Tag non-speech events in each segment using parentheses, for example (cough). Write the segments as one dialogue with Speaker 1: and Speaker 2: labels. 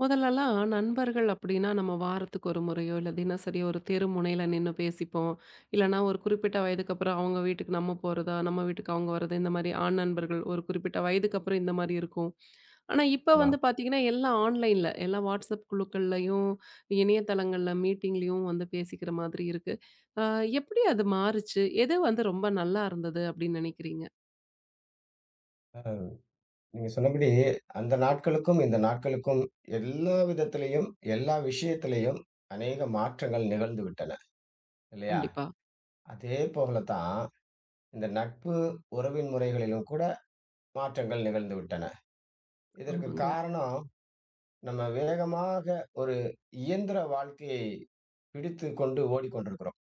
Speaker 1: முதல்லலாம் நண்பர்கள் அப்படின்னா நம்ம வாரத்துக்கு ஒரு முறையோ இல்லை தினசரி ஒரு தெரு முனையில நின்று பேசிப்போம். இல்லைன்னா ஒரு குறிப்பிட்ட வயதுக்கு அப்புறம் அவங்க வீட்டுக்கு நம்ம போகிறதா நம்ம வீட்டுக்கு அவங்க வர்றது, இந்த மாதிரி ஆண் நண்பர்கள் ஒரு குறிப்பிட்ட வயதுக்கு அப்புறம் இந்த மாதிரி இருக்கும். ஆனால் இப்போ
Speaker 2: ஆமா.
Speaker 1: வந்து பார்த்தீங்கன்னா எல்லாம் ஆன்லைனில், எல்லா வாட்ஸ்அப் குழுக்கள்லையும், இணையதளங்களில் மீட்டிங்லேயும் வந்து பேசிக்கிற மாதிரி இருக்கு. எப்படி அது மாறுச்சு? எது வந்து ரொம்ப நல்லா இருந்தது அப்படின்னு நினைக்கிறீங்க?
Speaker 2: அ நீங்க சொன்னபடி அந்த நாட்களுக்கும், இந்த நாட்களுக்கும் எல்லா விதத்திலயும், எல்லா விஷயத்திலயும் அநேக மாற்றங்கள் நிகழ்ந்து விட்டன. இல்லையா?
Speaker 1: கண்டிப்பா.
Speaker 2: அதே போல தான் இந்த நட்பு, உறவின் முறைகளிலும் கூட மாற்றங்கள் நிகழ்ந்து விட்டன. இதற்கு
Speaker 1: ஆமாங்க.
Speaker 2: காரணம் நம்ம வேகமாக ஒரு இயந்திர வாழ்க்கையை பிடித்துக் கொண்டு ஓடிக்கொண்டிருக்கிறோம்.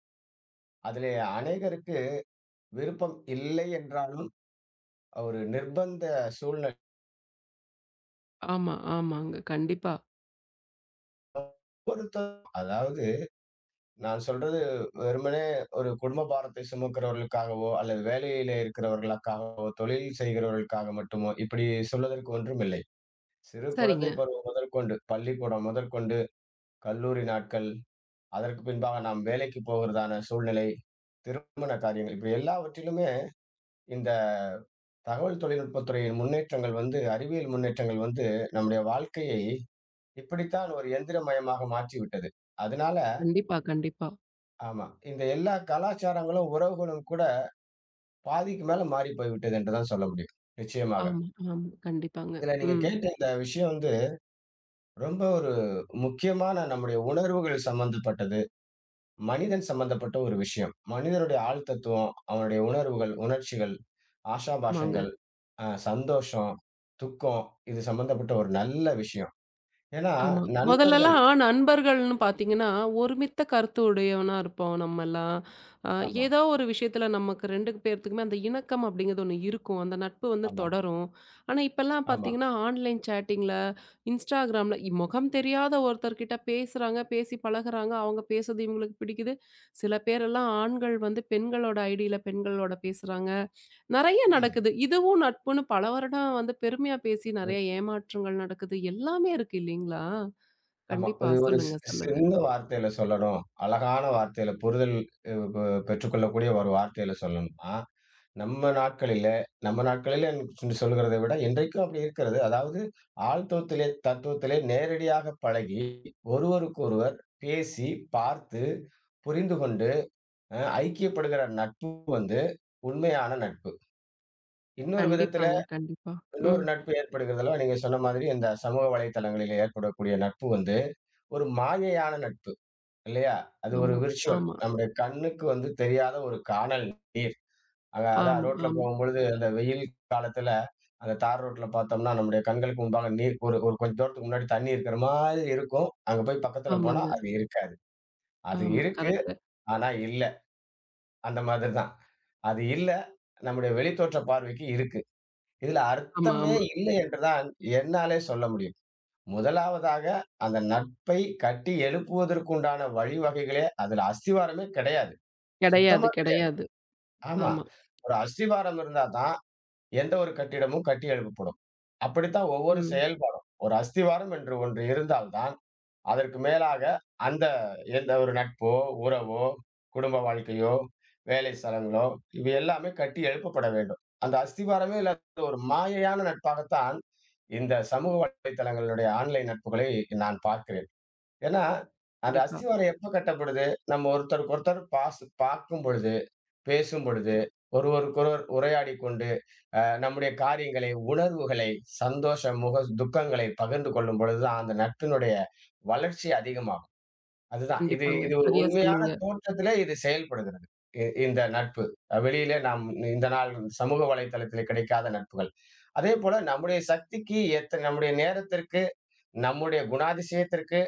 Speaker 2: அதிலே அநேகருக்கு விருப்பம் இல்லை என்றாலும், ஒரு நிர்பந்த சூழ்நிலை
Speaker 1: ஆமா, ஆமாங்க, கண்டிப்பா.
Speaker 2: பொறுத்து, அதாவது நான் சொல்றது வெறுமனே ஒரு குடும்ப பாரத்தை சுமக்கிறவர்களுக்காகவோ, அல்லது வேலையிலே இருக்கிறவர்களுக்காகவோ, தொழில் செய்கிறவர்களுக்காக மட்டுமோ, இப்படி சொல்வதற்கு ஒன்றுமில்லை. சிறு
Speaker 1: சரிங்க.
Speaker 2: குழந்தை பருவம் முதற்கொண்டு, பள்ளிக்கூடம் முதற்கொண்டு, கல்லூரி நாட்கள், அதற்கு பின்பாக நாம் வேலைக்கு போகிறதான சூழ்நிலை, திருமண காரியங்கள் இப்படி எல்லாவற்றிலுமே இந்த தகவல் தொழில்நுட்பத் துறையின் முன்னேற்றங்கள் வந்து அறிவியல் முன்னேற்றங்கள் வந்து நம்முடைய வாழ்க்கையை இப்படித்தான் ஒரு எந்திரமயமாக மாற்றிவிட்டது. அதனால
Speaker 1: கண்டிப்பா, கண்டிப்பா.
Speaker 2: ஆமா. இந்த எல்லா கலாச்சாரங்களும், உறவுகளும் கூட பாதிக்கு மேல மாறி போய்விட்டது என்று தான் சொல்ல முடியும். நிச்சயமாக.
Speaker 1: ஆமா, ஆமா. கண்டிப்பாங்க.
Speaker 2: இதுல நீங்க
Speaker 1: ம்.
Speaker 2: கேட்ட இந்த விஷயம் வந்து ரொம்ப ஒரு முக்கியமான நம்முடைய உணர்வுகள் சம்பந்தப்பட்டது. மனிதன் சம்பந்தப்பட்ட ஒரு விஷயம். மனிதனுடைய ஆள் தத்துவம், அவனுடைய உணர்வுகள், உணர்ச்சிகள்,
Speaker 1: ஆமாங்க.
Speaker 2: ஆஷாபாஷங்கள், சந்தோஷம், துக்கம் இது சம்பந்தப்பட்ட ஒரு நல்ல விஷயம். ஏன்னா
Speaker 1: ஆமா.
Speaker 2: நண்பர்கள்.
Speaker 1: முதல்லலாம் நண்பர்கள்ன்னு பார்த்தீங்கன்னா, ஒருமித்த கருத்து உடையவனா இருப்போம் நம்மலாம். அ
Speaker 2: ஆமா,
Speaker 1: ஏதோ ஒரு விஷயத்துல நமக்கு 2 பேர்த்துக்குமே அந்த இணக்கம் அப்படிங்கிறது ஒண்ணு இருக்கும். அந்த நட்பு வந்து
Speaker 2: ஆமா,
Speaker 1: தொடரும். ஆனா, இப்பலாம்
Speaker 2: ஆமா.
Speaker 1: பார்த்தீங்கன்னா, ஆன்லைன் சேட்டிங்ல, இன்ஸ்டாகிராம்ல முகம் தெரியாத ஒருத்தர்கிட்ட பேசுறாங்க, பேசி பழகுறாங்க. அவங்க பேசுறது இவங்களுக்கு பிடிக்குது. சில பேரெல்லாம் ஆண்கள் வந்து பெண்களோட ஐடியில பெண்களோட பேசுறாங்க. நெறைய
Speaker 2: ம்.
Speaker 1: நடக்குது. இதுவும் நட்புன்னு பல வருடம் வந்து பெருமையா பேசி
Speaker 2: அது
Speaker 1: நெறைய ஏமாற்றங்கள் நடக்குது. எல்லாமே இருக்கு இல்லீங்களா?
Speaker 2: ஆமா.
Speaker 1: கண்டிப்பா.
Speaker 2: ஒரு ஒரு சி
Speaker 1: சொல்லுங்க, சொல்லுங்க.
Speaker 2: சிறந்த வார்த்தையில சொல்லணும். அழகான வார்த்தையில புரிதல் அ பெ பெற்றுக்கொள்ளக்கூடிய ஒரு வார்த்தையில சொல்லணும்னா, நம்ம நாட்களிலே நம்ம நாட்களிலேன்னு சொல்லுகிறத விட இன்றைக்கும் அப்படி இருக்கிறது. அதாவது ஆழ்த்துவத்திலே, தத்துவத்திலே நேரடியாக பழகி, ஒருவருக்கொருவர் பேசி, பார்த்து, புரிந்து கொண்டு அ ஐக்கியப்படுகிற நட்பு வந்து உண்மையான நட்பு. இன்னொரு விதத்தில
Speaker 1: கண்டிப்பாங்க, கண்டிப்பா.
Speaker 2: இன்னொரு
Speaker 1: ம்.
Speaker 2: நட்பு ஏற்படுகிறதெல்லாம் நீங்க சொன்ன மாதிரி இந்த சமூக வலைதளங்களிலே ஏற்படக்கூடிய நட்பு வந்து, ஒரு மாயையான நட்பு. இல்லையா? அது ஒரு
Speaker 1: ஆமா,
Speaker 2: விர்ச்சுவல்.
Speaker 1: ஆமா,
Speaker 2: நம்முடைய கண்ணுக்கு வந்து தெரியாத ஒரு கானல் நீர். அதான்
Speaker 1: ஆமா,
Speaker 2: ரோட்ல
Speaker 1: ஆமா,
Speaker 2: போகும்பொழுது அந்த வெயில் காலத்துல, அந்த தார் ரோட்ல பார்த்தோம்னா, நம்முடைய கண்களுக்கு முன்பாக நீர் ஒரு ஒரு கொஞ்சம் தூரத்துக்கு முன்னாடி தண்ணி இருக்கிற மாதிரி இருக்கும். அங்க போய் பக்கத்துல போனா
Speaker 1: ஆமாங்க.
Speaker 2: அது இருக்காது. அது
Speaker 1: ஆமா,
Speaker 2: இருக்கு.
Speaker 1: கரெக்ட்டு.
Speaker 2: ஆனா இல்ல. அந்த மாதிரி தான். அது இல்ல. நம்முடைய வெளித்தோற்ற பார்வைக்கு இருக்கு. இதுல
Speaker 1: ஆமா,
Speaker 2: அர்த்தமே
Speaker 1: ஆமா.
Speaker 2: இல்லை என்று தான் என்னாலே சொல்ல முடியும். முதலாவதாக அந்த நட்பை கட்டி எழுப்புவதற்குண்டான வழிவகைகளே, அதுல அஸ்திவாரமே கிடையாது.
Speaker 1: கெடையாது,
Speaker 2: சுத்தமா கிடையாது.
Speaker 1: கெடையாது.
Speaker 2: ஆமா.
Speaker 1: ஆமா.
Speaker 2: ஒரு அஸ்திவாரம் இருந்தா தான் எந்த ஒரு கட்டிடமும் கட்டி எழுப்பப்படும். அப்படித்தான் ஒவ்வொரு
Speaker 1: ம்.
Speaker 2: செயல்பாடும். ஒரு அஸ்திவாரம் என்று ஒன்று இருந்தால் தான், அதற்கு மேலாக அந்த எந்த ஒரு நட்போ, உறவோ, குடும்ப வாழ்க்கையோ, வேலை ஸ்தலங்களோ இவை எல்லாமே கட்டி எழுப்பப்பட வேண்டும். அந்த அஸ்திவாரமே இல்லாத ஒரு மாயையான நட்பாகத்தான் இந்த சமூக வலைத்தளங்களுடைய ஆன்லைன் நட்புகளை நான் பார்க்கிறேன். ஏன்னா, அந்த
Speaker 1: கண்டிப்பா,
Speaker 2: அஸ்திவாரம் எப்ப கட்டப்படுது? நம்ம ஒருத்தருக்கு ஒருத்தர் பாசு பார்க்கும் பொழுது, பேசும் பொழுது, ஒருவருக்கொருவர் உரையாடிக் கொண்டு, நம்முடைய காரியங்களை, உணர்வுகளை, சந்தோஷம், துக்கங்களை பகிர்ந்து கொள்ளும் பொழுது தான், அந்த நட்பினுடைய வளர்ச்சி அதிகமாகும். அதுதான். இது
Speaker 1: கண்டிப்பாங்க.
Speaker 2: இது ஒரு
Speaker 1: சரியா
Speaker 2: உண்மையான
Speaker 1: சொன்னீங்க.
Speaker 2: தோற்றத்திலே இது செயல்படுகிறது. இந்த நட்பு. வெளியிலே நாம் இந்த நாள் சமூக வலைதளத்திலே கிடைக்காத நட்புகள். அதேபோல நம்முடைய சக்திக்கு எத்த நம்முடைய நேரத்திற்கு நம்முடைய குணாதிசயத்திற்கு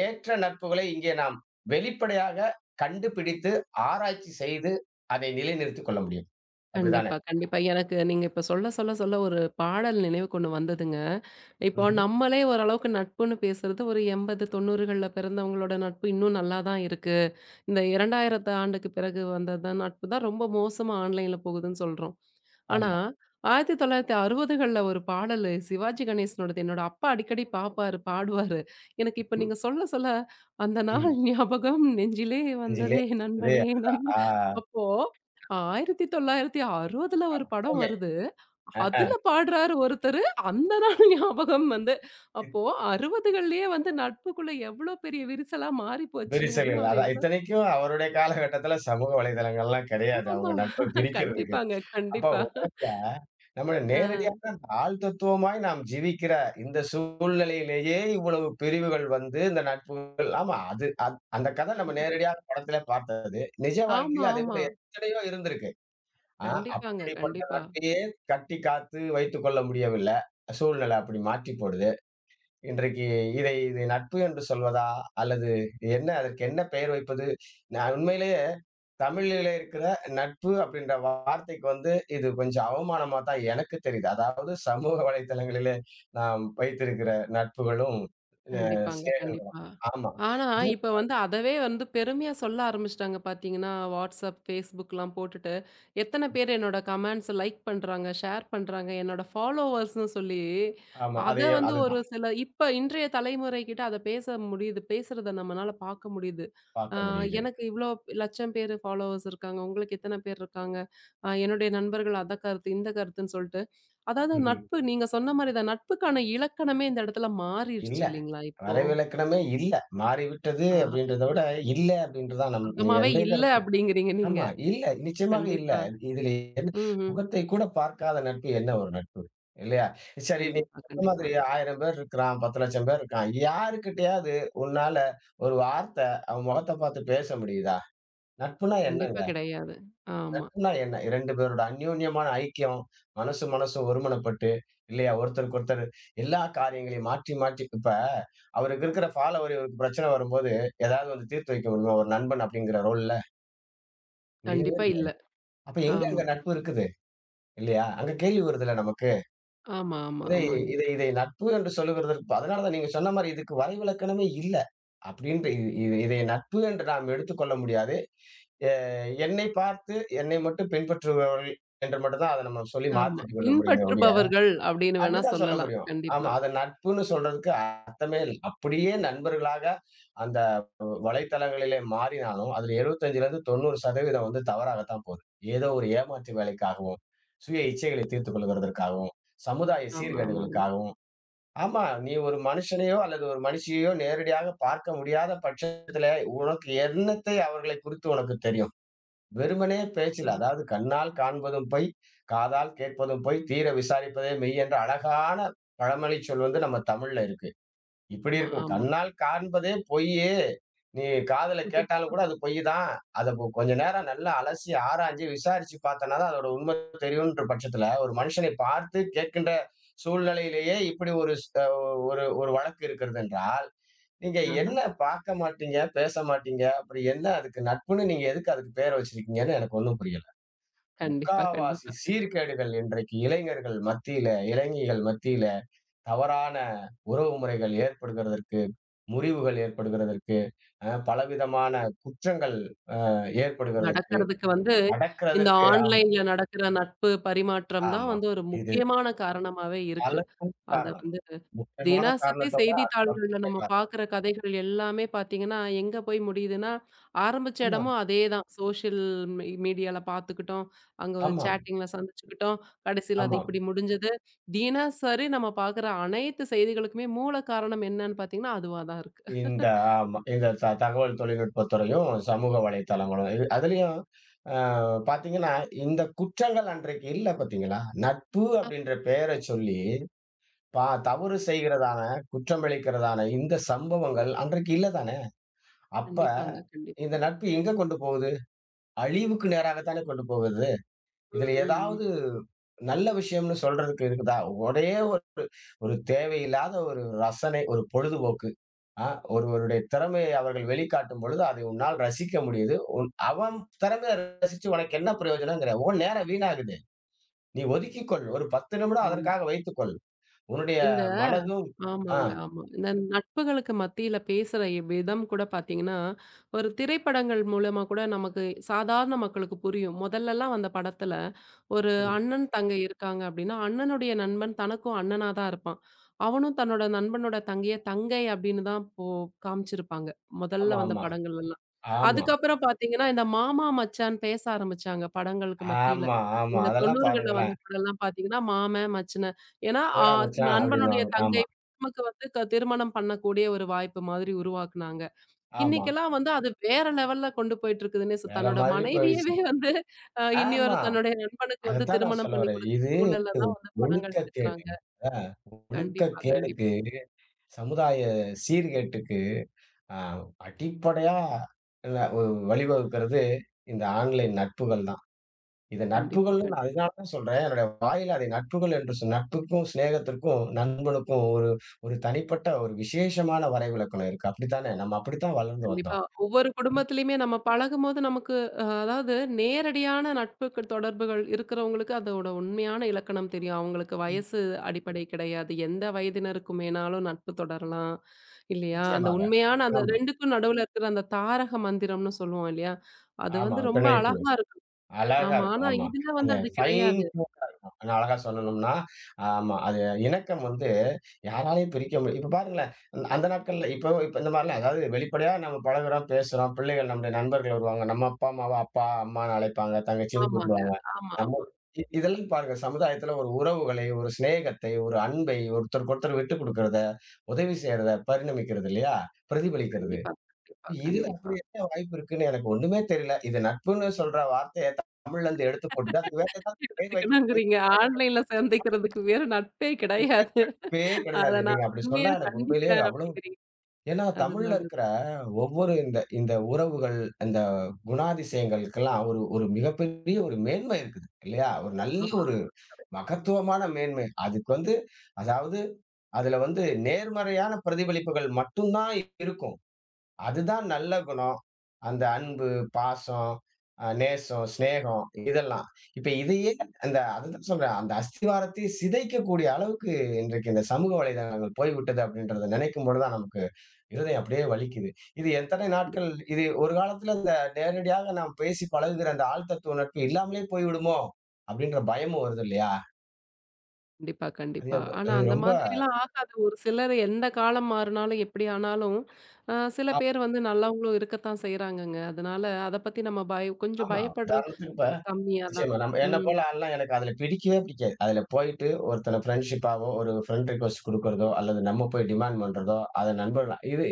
Speaker 2: ஏற்ற நட்புகளை இங்கே நாம் வெளிப்படையாக கண்டுபிடித்து, ஆராய்ச்சி செய்து அதை நிலைநிறுத்திக் கொள்ள முடியும். அப்படிதானே?
Speaker 1: கண்டிப்பா, கண்டிப்பா. எனக்கு நீங்க இப்ப சொல்ல சொல்ல சொல்ல ஒரு பாடல் நினைவுக்கு ஒண்ணு வந்ததுங்க. இப்போ
Speaker 2: ம்ஹ்ம்.
Speaker 1: நம்மளே ஓரளவுக்கு நட்புன்னு பேசுறது, ஒரு 80, 90கள்ல பிறந்தவங்களோட நட்பு இன்னும் நல்லா தான் இருக்கு. இந்த 2000 ஆண்டுக்கு பிறகு வந்தது தான் நட்பு தான் ரொம்ப மோசமா ஆன்லைன்ல போகுதுன்னு சொல்றோம். ஆனா,
Speaker 2: ஆமா.
Speaker 1: 1960கள்ல ஒரு பாடலு சிவாஜி கணேசனோடது என்னோட அப்பா அடிக்கடி பாப்பாரு, பாடுவாரு. எனக்கு இப்ப
Speaker 2: ம்.
Speaker 1: நீங்க சொல்ல சொல்ல அந்த நாள்
Speaker 2: ம்.
Speaker 1: (laughs) ஞாபகம் நெஞ்சிலே
Speaker 2: நெஞ்சிலே
Speaker 1: வந்ததே
Speaker 2: இதே
Speaker 1: நண்பனே
Speaker 2: அதுதான்.
Speaker 1: நண்பன். அப்போ 1960ல ஒரு படம்
Speaker 2: அப்பமே.
Speaker 1: வருது.
Speaker 2: அஹ.
Speaker 1: அதுல பாடுறாரு ஒருத்தரு. அந்த நாள் (laughs) ஞாபகம் வந்து அப்போ 60கள்லயே வந்து நட்புக்குள்ள எவ்ளோ பெரிய விரிசலா மாறி போச்சு அப்படின்னு
Speaker 2: விரிசல்கள்.
Speaker 1: அவரு
Speaker 2: அதான்
Speaker 1: எவ்ளோ
Speaker 2: இத்தனைக்கும் அவருடைய காலகட்டத்தில சமூக வலைதளங்கள்லாம் கிடையாது.
Speaker 1: ஆமா.
Speaker 2: அவங்க நட்ப பிரிக்கிறதுக்கு.
Speaker 1: கண்டிப்பாங்க,
Speaker 2: அப்ப
Speaker 1: கண்டிப்பா.
Speaker 2: நம்மள நேரடியாக
Speaker 1: அ.
Speaker 2: அந்த ஆள் தத்துவமாய் நாம் ஜீவிக்கிற இந்த சூழ்நிலையிலேயே இவ்வளவு பிரிவுகள் வந்து இந்த நட்புகள். ஆமா, அது அந்த கதை நம்ம நேரடியாக படத்தில பார்த்தது. நிஜ
Speaker 1: ஆமா,
Speaker 2: வாழ்க்கையில அதே
Speaker 1: ஆமா.
Speaker 2: போல எத்தனையோ இருந்திருக்கு. ஆ,
Speaker 1: கண்டிப்பாங்க.
Speaker 2: அப்படிப்பட்ட
Speaker 1: கண்டிப்பா.
Speaker 2: நட்பையே கட்டி காத்து வைத்துக் கொள்ள முடியவில்லை. சூழ்நிலை அப்படி மாற்றிப் போடுது. இன்றைக்கு இதை இது நட்பு என்று சொல்வதா? அல்லது என்ன, அதற்கு என்ன பெயர் வைப்பது? நான் உண்மையிலேயே தமிழிலே இருக்கிற நட்பு அப்படின்ற வார்த்தைக்கு வந்து இது கொஞ்சம் அவமானமா தான் எனக்கு தெரியுது. அதாவது சமூக வலைதளங்களிலே நாம் வைத்திருக்கிற நட்புகளும், அ
Speaker 1: கண்டிப்பாங்க.
Speaker 2: சேவைகளும்.
Speaker 1: கண்டிப்பா.
Speaker 2: ஆமா.
Speaker 1: ஆனா,
Speaker 2: அது
Speaker 1: இப்ப வந்து அதவே வந்து பெருமையா சொல்ல ஆரம்பிச்சுட்டாங்க பார்த்தீங்கன்னா, WhatsApp, Facebookலாம் போட்டுட்டு, எத்தன பேர் என்னோட கமெண்ட்ஸ லைக் பண்றாங்க, ஷேர் பண்றாங்க, என்னோட ஃபாலோவர்ஸ்ன்னு சொல்லி,
Speaker 2: ஆமா.
Speaker 1: அத
Speaker 2: அதை
Speaker 1: வந்து ஒரு
Speaker 2: அதுதான்
Speaker 1: சில இப்ப இன்றைய தலைமுறைகிட்ட அத பேச முடியுது. பேசுறத நம்மனால பார்க்க முடியுது. ஆ
Speaker 2: பார்க்க முடியுது.
Speaker 1: எனக்கு இவ்ளோ லட்சம் பேர் ஃபாலோவர்ஸ் இருக்காங்க. உங்களுக்கு இத்தன பேர் இருக்காங்க. என்னுடைய நண்பர்கள் அத கருத்து, இந்த கருத்துன்னு சொல்லிட்டு, அதாவது
Speaker 2: ம்ஹ்ம்.
Speaker 1: நட்பு நீங்க சொன்ன மாரி தான். நட்புக்கான இலக்கணமே இந்த இடத்துல மாறிருச்சு
Speaker 2: இல்ல.
Speaker 1: இல்லைங்களா இப்போ?
Speaker 2: வரைவிலக்கணமே இல்ல. மாறிவிட்டது
Speaker 1: ஆ
Speaker 2: அப்படின்றத விட, இல்ல அப்படின்றது தான் நம்
Speaker 1: சுத்தமாவே
Speaker 2: என்னுடைய
Speaker 1: இல்ல
Speaker 2: கருத்து.
Speaker 1: அப்படிங்கிறீங்க நீங்க.
Speaker 2: ஆமா. இல்ல. நிச்சயமாக இல்ல.
Speaker 1: கண்டிப்பா.
Speaker 2: இதில என்
Speaker 1: ம்ஹ்ம்.
Speaker 2: முகத்தை கூட பார்க்காத நட்பு என்ன ஒரு நட்பு? இல்லையா? சரி, நீ
Speaker 1: கண்டிப்பா,
Speaker 2: சொன்ன மாதிரி
Speaker 1: கண்டிப்பா.
Speaker 2: 1000 பேர் இருக்கிறான், 10,00,000 பேர் இருக்கான். யாருகிட்டயாவது உன்னால ஒரு வார்த்தை அவன் முகத்த பார்த்து பேச முடியுதா? நட்புனா
Speaker 1: கண்டிப்பா
Speaker 2: என்னங்க?
Speaker 1: கிடையாது. ஆமா.
Speaker 2: நட்புனா என்ன? 2 பேரோட அந்யோன்யமான ஐக்கியம், மனசு மனசு ஒருமனப்பட்டு, இல்லையா? ஒருத்தருக்கு ஒருத்தர் எல்லா காரியங்களையும் மாற்றி மாற்றி, இப்ப அவருக்கு இருக்கிற ஃபாலோவர் இவருக்கு பிரச்சனை வரும்போது, ஏதாவது வந்து தீர்த்து வைக்க முடியுமா? ஒரு நண்பன் அப்படிங்கிற ரோல்ல? முடியவே
Speaker 1: கண்டிப்பா இல்ல.
Speaker 2: முடியாது. அப்ப எங்க
Speaker 1: ஆமா.
Speaker 2: அங்க நட்பு இருக்குது? இல்லையா? அங்க கேள்வி வருதுல்ல நமக்கு.
Speaker 1: ஆமா, ஆமா,
Speaker 2: இதை
Speaker 1: ஆமாங்க.
Speaker 2: இதை இதை நட்பு என்று சொல்லுகிறதற்கு அதனால தான் நீங்க சொன்ன மாரி இதுக்கு வரைவிலக்கணமே இல்ல. அப்படின்ட்டு இதை இதை நட்பு என்று நாம் எடுத்துக்கொள்ள முடியாது. எ என்னை பார்த்து என்னை மட்டும் பின்பற்றுபவர்கள் என்று மட்டும் தான் அத நம்ம சொல்லி
Speaker 1: ஆமா.
Speaker 2: மாத்திக்க கொள்ள முடியுமே ஒழிய,
Speaker 1: பின்பற்றுபவர்கள் அப்படின்னு வேணா
Speaker 2: அப்படிதான் சொல்ல
Speaker 1: சொல்லலாம்.
Speaker 2: முடியும். ஆமா,
Speaker 1: கண்டிப்பா.
Speaker 2: அத நட்புன்னு சொல்றதுக்கு அர்த்தமே இல்ல. அப்படியே நண்பர்களாக அந்த வலைத்தளங்களிலே மாறினாலும் அதுல 75லேருந்து 90% வந்து தவறாகத்தான் போகுது. ஏதோ ஒரு ஏமாற்று வேலைக்காகவும், சுய இச்சைகளை தீர்த்துக் கொள்கிறதற்காகவும், சமுதாய
Speaker 1: ஆமா, ஆமாங்க.
Speaker 2: சீர்கேடுகளுக்காகவும், ஆமா, நீ ஒரு மனுஷனையோ அல்லது ஒரு மனுஷியையோ நேரடியாக பார்க்க முடியாத பட்சத்திலே உனக்கு என்னத்தை அவர்களை குறித்து உனக்கு தெரியும்? வெறுமனே பேச்சில்,
Speaker 1: ம்.
Speaker 2: அதாவது கண்ணால் காண்பதும் பொய், காதால் கேட்பதும் பொய், தீர விசாரிப்பதே மெய் என்ற அழகான பழமொழிச் சொல் வந்து நம்ம தமிழ்ல இருக்கு. இப்படி
Speaker 1: ஆமா,
Speaker 2: இருக்கும்.
Speaker 1: ஆமா.
Speaker 2: கண்ணால் காண்பதே பொய்யு. நீ காதுல கேட்டாலும் கூட அது பொய் தான். அத கொஞ்ச நேரம் நல்லா அலசி, ஆராய்ஞ்சு, விசாரிச்சு பார்த்தனா தான் அதோட உண்மை தெரியுன்ற பட்சத்துல, ஒரு மனுஷனை பார்த்து கேட்கின்ற சூழ்நிலையிலேயே இப்படி ஒரு ஸ் அ ஒரு ஒரு வழக்கு இருக்கிறது என்றால், நீங்க
Speaker 1: ஆஹ.
Speaker 2: என்ன பார்க்க மாட்டீங்க, பேச மாட்டீங்க, அப்புறம் என்ன அதுக்கு நட்புன்னு நீங்க எதுக்கு அதுக்கு பேர வச்சிருக்கீங்கன்னு எனக்கு ஒண்ணும் புரியல.
Speaker 1: கண்டிப்பா,
Speaker 2: முக்காவாசி
Speaker 1: கண்டிப்பா.
Speaker 2: சீர்கேடுகள் இன்றைக்கு இளைஞர்கள் மத்தியில, இளைஞிகள் மத்தியில தவறான உறவு முறைகள் ஏற்படுகிறதற்கு, முறிவுகள் ஏற்படுகிறதற்கு, பலவிதமான குற்றங்கள் அ ஏற்படுகிறதற்கு,
Speaker 1: நடக்கறதுக்கு வந்து இந்த
Speaker 2: நடக்கிறதற்கு. ஆமா,
Speaker 1: ஆன்லைன்ல நடக்கிற நட்பு பரிமாற்றம் தான்
Speaker 2: ஆமா.
Speaker 1: வந்து ஒரு
Speaker 2: இது
Speaker 1: முக்கியமான காரணமாவே இருக்கு.
Speaker 2: பலருக்கும்
Speaker 1: அத
Speaker 2: காரணம்.
Speaker 1: வந்து
Speaker 2: முக்கியமான
Speaker 1: தினசரி
Speaker 2: காரணத்தோட அது
Speaker 1: செய்தித்தாள்கள்ல
Speaker 2: மட்டுமே
Speaker 1: நம்ம
Speaker 2: காரணம்.
Speaker 1: பார்க்குற கதைகள் எல்லாமே பார்த்தீங்கன்னா, எங்க போய் முடியுதுன்னா, ஆரம்பிச்ச
Speaker 2: ஆமா,
Speaker 1: இடமும் அதேதான். சோஷியல் மீடியால பார்த்துக்கிட்டோம். அங்க ஒரு
Speaker 2: ஆமாம்,
Speaker 1: சேட்டிங்ல சந்திச்சுக்கிட்டோம். கடைசியில அது
Speaker 2: ஆமாம்.
Speaker 1: இப்படி முடிஞ்சது. தினசரி நம்ம பார்க்குற அனைத்து செய்திகளுக்குமே மூல காரணம் என்னன்னு பார்த்தீங்கன்னா, அதுவா தான் இருக்கு.
Speaker 2: இந்த ஆமா. இந்த தகவல் தொழில்நுட்பத் துறையும், சமூக வலைத்தளங்களும். இது அதுலயும் அ பார்த்தீங்கன்னா, இந்த குற்றங்கள் அன்றைக்கு இல்ல பார்த்தீங்களா? நட்பு
Speaker 1: ஆ,
Speaker 2: அப்படின்ற பெயர சொல்லி, தவறு செய்கிறதான, குற்றமளிக்கிறதான இந்த சம்பவங்கள் அன்றைக்கு இல்ல தானே! அப்ப
Speaker 1: கண்டிப்பாங்க,
Speaker 2: இந்த
Speaker 1: கண்டிப்பா.
Speaker 2: நட்பு எங்க கொண்டு போகுது? அழிவுக்கு நேராகத்தானே கொண்டு போகுது.
Speaker 1: ம்,
Speaker 2: இதுல
Speaker 1: ம், ம்.
Speaker 2: ஏதாவது நல்ல விஷயம்னு சொல்றதுக்கு இருக்குதா? ஒரே ஒரு ஒரு தேவையில்லாத ஒரு ரசனை, ஒரு பொழுதுபோக்கு. அ ஒருவருடைய திறமையை அவர்கள் வெளிக்காட்டும் பொழுது, அதை உன்னால் ரசிக்க முடியுது. உன் அவன் திறமைய ரசிச்சு உனக்கு என்ன பிரயோஜனம்ங்கிற? உன் நேரம் வீணாகுது. நீ ஒதுக்கிக்கொள். ஒரு 10 நிமிடம்
Speaker 1: ஆமா.
Speaker 2: அதற்காக வைத்துக்கொள். உன்னுடைய
Speaker 1: இந்த
Speaker 2: மனதும் ஆ.
Speaker 1: ஆமாங்க, ஆமா. இந்த நட்புகளுக்கு மத்தியில பேசுற விதம் கூட பார்த்தீங்கன்னா, ஒரு திரைப்படங்கள் மூலமா கூட நமக்கு சாதாரண மக்களுக்கு புரியும். முதல்லலாம் வந்த படத்துல, ஒரு
Speaker 2: ம்.
Speaker 1: அண்ணன், தங்கை இருக்காங்க அப்படின்னா, அண்ணனுடைய நண்பன் தனக்கும் அண்ணனா தான் இருப்பான். அவனும் தன்னோட நண்பனோட தங்கைய, தங்கை அப்படின்னு தான் போ காமிச்சிருப்பாங்க. முதல்ல
Speaker 2: ஆமா,
Speaker 1: வந்த
Speaker 2: ஆமா,
Speaker 1: படங்கள்லலாம்.
Speaker 2: ஆமா,
Speaker 1: அதுக்கப்புறம் பார்த்தீங்கன்னா, இந்த மாமா, மச்சான் பேச ஆரம்பிச்சாங்க படங்களுக்கு மத்தியில.
Speaker 2: ஆமா, ஆமா.
Speaker 1: இந்த
Speaker 2: அதெல்லாம்
Speaker 1: 90கள்ல வந்த
Speaker 2: பாருங்களேன்.
Speaker 1: படம்லாம் பார்த்தீங்கன்னா, மாமன், மச்சினன். ஏன்னா,
Speaker 2: "என்னடா மச்சான்"
Speaker 1: நண்பனுடைய
Speaker 2: அப்படின்னுவாங்க. ஆமா.
Speaker 1: தங்கை நமக்கு வந்து திருமணம் பண்ணக்கூடிய ஒரு வாய்ப்பு மாதிரி உருவாக்குனாங்க.
Speaker 2: ஆமா.
Speaker 1: இன்னைக்கெல்லாம் வந்து அது வேற லெவல்ல கொண்டு போயிட்டு இருக்குதுன்னே சொ
Speaker 2: வேற
Speaker 1: தன்னோட
Speaker 2: மாதிரி போயிடுச்சு.
Speaker 1: மனைவியவே வந்து இன்னியொரு
Speaker 2: ஆமா.
Speaker 1: தன்னுடைய நண்பனுக்கு வந்து
Speaker 2: அதத்தான் நான்
Speaker 1: திருமணம்
Speaker 2: சொல்ல
Speaker 1: பண்ணி
Speaker 2: வரேன்.
Speaker 1: குடுக்குற
Speaker 2: இது
Speaker 1: சூழல்ல தான் வந்து படங்கள்
Speaker 2: ஒழுக்கக்கேடு.
Speaker 1: எடுக்குறாங்க.
Speaker 2: அ
Speaker 1: கண்டிப்பா,
Speaker 2: ஒழுக்கக்கேடுக்கு, சமுதாய சீர்கேட்டுக்கு அ அடிப்படையா, இல்ல வழிவகுக்கிறது இந்த ஆன்லைன் நட்புகள் தான். இது
Speaker 1: கண்டிப்பா,
Speaker 2: நட்புகள்னு நான்
Speaker 1: கண்டிப்பா.
Speaker 2: அதனால தான் சொல்றேன். என்னுடைய வாயில அதை நட்புகள் என்று சொ நட்புக்கும், சிநேகத்திற்கும், நண்பனுக்கும் ஒரு ஒரு தனிப்பட்ட ஒரு விசேஷமான வரைவிலக்கணம் இருக்கு. அப்படித்தானே? நம்ம அப்படித்தான் வளர்ந்து
Speaker 1: கண்டிப்பா.
Speaker 2: வந்தோம்.
Speaker 1: ஒவ்வொரு குடும்பத்திலயுமே நம்ம பழகும்போது நமக்கு அதாவது நேரடியான நட்புக்கு தொடர்புகள் இருக்கிறவங்களுக்கு அதோட உண்மையான இலக்கணம் தெரியும். அவங்களுக்கு வயசு அடிப்படை கிடையாது. எந்த வயதினருக்குமேனாலும் நட்பு தொடரலாம். இல்லையா? அந்த
Speaker 2: நிச்சயமாக.
Speaker 1: உண்மையான அந்த
Speaker 2: ஆமா,
Speaker 1: 2க்கும் நடுவுல இருக்கிற அந்த தாரக மந்திரம்னு சொல்லுவோம் இல்லையா? அது
Speaker 2: ஆமா.
Speaker 1: வந்து ரொம்ப
Speaker 2: பிணை
Speaker 1: அழகா இருக்கும்.
Speaker 2: அழகா
Speaker 1: ஆமா.
Speaker 2: இருக்கும்.
Speaker 1: ஆனா
Speaker 2: ஆமா.
Speaker 1: இதுல
Speaker 2: அந்த
Speaker 1: வந்து அது
Speaker 2: ஃபைன்
Speaker 1: கிடையாது.
Speaker 2: டியூன்டா இருக்கும். இன்னும் அழகா சொல்லணும்னா, ஆமா, அது இணக்கம் வந்து யாராலயும் பிரிக்க முடியாது. இப்ப பாருங்களேன், அந்த நாட்கள்ல இப்போ இப்ப இந்த மாரிலாம் அதாவது வெளிப்படையா நம்ம பழகுறோம், பேசுறோம். பிள்ளைகள் நம்முடைய நண்பர்கள் வருவாங்க. நம்ம அப்பா, அம்மாவ அப்பா, அம்மான்னு அழைப்பாங்க. தங்கச்சின்னு
Speaker 1: ஆமாங்க.
Speaker 2: கூப்பிடுவாங்க.
Speaker 1: ஆமா,
Speaker 2: நம்ம
Speaker 1: ஆமா.
Speaker 2: இதெல்லாம் பாருங்க, சமுதாயத்துல ஒரு உறவுகளை, ஒரு சிநேகத்தை, ஒரு அன்பை, ஒருத்தருக்கு ஒருத்தர் விட்டுக் குடுக்கிறத, உதவி செய்யறத பரிணமிக்கிறது இல்லையா? பிரதிபலிக்கிறது.
Speaker 1: கண்டிப்பா, கண்டிப்பா,
Speaker 2: இதுல அப்படி
Speaker 1: கண்டிப்பா.
Speaker 2: என்ன வாய்ப்பு இருக்குன்னு எனக்கு ஒண்ணுமே தெரியல. இது நட்புன்னு சொல்ற வார்த்தைய தமிழ்ல இருந்து எடுத்து போட்டுட்டு, அதுக்கு வேற
Speaker 1: (laughs)
Speaker 2: ஏதாவது பெயர் வைக்க
Speaker 1: எடுத்துக்கணுங்கிறீங்க. ஆன்லைன்ல சந்திக்கிறதுக்கு வேற நட்பே கிடையாது.
Speaker 2: நட்பே கிடையாது.
Speaker 1: அத
Speaker 2: நீங்க
Speaker 1: நான்
Speaker 2: அப்படி சொன்னா
Speaker 1: உண்மையா
Speaker 2: எனக்கு உண்மையிலேயே
Speaker 1: கண்டிக்கிறேன்
Speaker 2: அவ்வளவு.
Speaker 1: அப்படிங்கிறீங்க.
Speaker 2: ஏன்னா
Speaker 1: அதுதான்
Speaker 2: தமிழ்ல
Speaker 1: அது.
Speaker 2: இருக்கிற ஒவ்வொரு இந்த இந்த உறவுகள், இந்த குணாதிசயங்களுக்கெல்லாம் ஒரு ஒரு மிகப்பெரிய ஒரு மேன்மை இருக்குது இல்லையா? ஒரு
Speaker 1: ஆமா,
Speaker 2: நல்ல ஒரு
Speaker 1: ஆமா.
Speaker 2: மகத்துவமான மேன்மை. அதுக்கு வந்து, அதாவது அதுல வந்து நேர்மறையான பிரதிபலிப்புகள் மட்டும் தான் இருக்கும். அதுதான் நல்ல குணம். அந்த அன்பு, பாசம், நேசம், சிநேகம் இதெல்லாம். இப்ப இதையே அந்த அதுதான் சொல்றேன். அந்த அஸ்திவாரத்தை சிதைக்கக்கூடிய அளவுக்கு இன்றைக்கு இந்த சமூக வலைதளங்கள் போய்விட்டது அப்படின்றத நினைக்கும் பொழுது தான் நமக்கு இருதயம் அப்படியே வலிக்குது. இது எத்தனை நாட்கள்
Speaker 1: கண்டிப்பா,
Speaker 2: இது ஒரு காலத்துல இந்த நேரடியாக நாம் பேசி பழகுகிற அந்த ஆழ்த்தத்துவ நட்பு இல்லாமலே போய்விடுமோ! அப்படின்ற பயமும் வருது இல்லையா?
Speaker 1: கண்டிப்பா,
Speaker 2: அது
Speaker 1: கண்டிப்பா. ஆனா
Speaker 2: அது
Speaker 1: அந்த
Speaker 2: ரொம்ப
Speaker 1: மாதிரிலாம் ஆகாது. ஒரு சிலர் எந்த காலம் மாறுனாலும், எப்படி ஆனாலும், சில பேர் வந்து நல்லவங்களும் இருக்கத்தான் செய்றாங்கங்க. அதனால அத பத்தி நம்ம பய கொஞ்சம்
Speaker 2: ஆமா.
Speaker 1: பயப்படுறது
Speaker 2: உதாரணத்துக்கு இப்ப
Speaker 1: கம்மியா தான்.
Speaker 2: நிச்சயமா நம்ம என்ன
Speaker 1: ம்.
Speaker 2: போல ஆள்லாம் எனக்கு அதுல பிடிக்கவே பிடிக்காது. அதுல போயிட்டு ஒருத்தன ஃப்ரெண்ட்ஷிப்பாவோ, ஒரு ஃப்ரெண்ட் ரிக்வெஸ்ட் குடுக்குறதோ, அல்லது நம்ம போய் டிமாண்ட் பண்றதோ, அத நண்பர்களா இது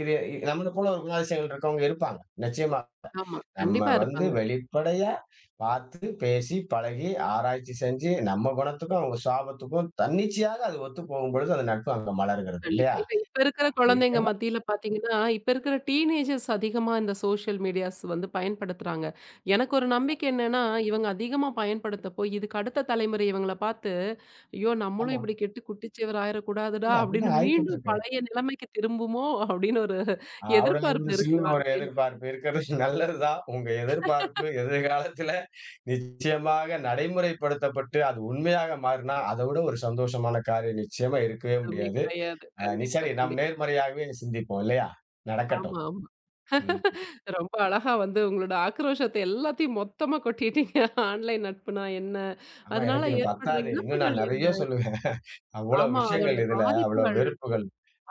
Speaker 2: இது நம்மள போல ஒரு குணாதிசயங்கள் இருக்கவங்க இருப்பாங்க. நிச்சயமா.
Speaker 1: ஆமா.
Speaker 2: நம்ம
Speaker 1: கண்டிப்பா
Speaker 2: வந்து
Speaker 1: இருப்பாங்க.
Speaker 2: வெளிப்படையா பார்த்து, பேசி, பழகி, ஆராய்ச்சி செஞ்சு, நம்ம குணத்துக்கும், அவங்க சுவாபத்துக்கும் தன்னிச்சையாக அது ஒத்து போகும்பொழுது, அந்த நட்பு அங்க மலர்கிறது
Speaker 1: கண்டிப்பா.
Speaker 2: இல்லையா?
Speaker 1: இல்ல இப்ப இருக்கிற குழந்தைங்க
Speaker 2: இருக்கிறதா?
Speaker 1: மத்தியில பார்த்தீங்கன்னா, இப்ப இருக்கிற டீனேஜர்ஸ் அதிகமா இந்த சோஷியல் மீடியாஸ் வந்து பயன்படுத்துறாங்க. எனக்கு ஒரு நம்பிக்கை என்னன்னா, இவங்க அதிகமா பயன்படுத்த போய், இதுக்கு அடுத்த தலைமுறை இவங்கள பார்த்து, "ஐயோ! நம்மளும்
Speaker 2: ஆமா.
Speaker 1: இப்படி கெட்டு குட்டிச்சுவர் ஆயிறக்கூடாதுடா"
Speaker 2: இல்ல
Speaker 1: அப்படின்னு
Speaker 2: அப்படிதான் ஆயிக்கிட்டு
Speaker 1: மீண்டும்
Speaker 2: இருக்கு.
Speaker 1: பழைய நிலைமைக்கு திரும்புமோ அப்படின்னு ஒரு
Speaker 2: அவரு வந்து
Speaker 1: எதிர்பார்ப்பு இருக்கு.
Speaker 2: சில்லுன்னு ஒரு
Speaker 1: வாழ்க்கையில
Speaker 2: எதிர்பார்ப்பு இருக்கிறது (laughs) நல்லதுதான். உங்க எதிர்பார்ப்பு எதிர்காலத்துல நிச்சயமாக நடைமுறைப்படுத்தப்பட்டு, அது உண்மையாக மாறினா, அதவிட ஒரு சந்தோஷமான காரியம் நிச்சயமா இருக்கவே
Speaker 1: எதுவுமே
Speaker 2: முடியாது.
Speaker 1: கிடையாது.
Speaker 2: நீ
Speaker 1: கண்டிப்பா,
Speaker 2: சரி, நாம்
Speaker 1: கண்டிப்பா.
Speaker 2: நேர்மறையாகவே சிந்திப்போம் இல்லையா? நடக்கட்டும்.
Speaker 1: ஆமா, ஆமா.
Speaker 2: ம்.
Speaker 1: ரொம்ப அழகா வந்து உங்களோட ஆக்ரோஷத்த எல்லாத்தையும் மொத்தமா கொட்டிட்டீங்க. ஆன்லைன் நட்புனா என்ன?
Speaker 2: ஆமா, எனக்கு
Speaker 1: அதனால
Speaker 2: இது
Speaker 1: ஏற்படுற
Speaker 2: பத்தாது. இன்னும் நான்
Speaker 1: இழப்புகள் என்ன?
Speaker 2: நெறைய சொல்லுவேன். (laughs) அவ்வளவு
Speaker 1: ஆமா. அதோட
Speaker 2: விஷயங்கள் இதுல, அவ்வளவு
Speaker 1: பாதிப்புகள்.
Speaker 2: வெறுப்புகள்,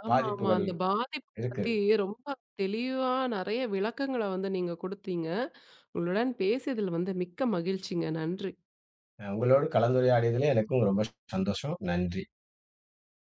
Speaker 1: ஆமா, ஆமா.
Speaker 2: பாதிப்புகள்
Speaker 1: அந்த பாதிப்பு
Speaker 2: இருக்கு.
Speaker 1: பத்தி ரொம்ப தெளிவா நெறைய விளக்கங்கள வந்து நீங்க குடுத்தீங்க. உங்களுடன் பேசியதில் வந்து மிக்க மகிழ்ச்சிங்க. நன்றி.
Speaker 2: உங்களோடு கலந்துரையாடியதிலே எனக்கும் ரொம்ப சந்தோஷம். நன்றி.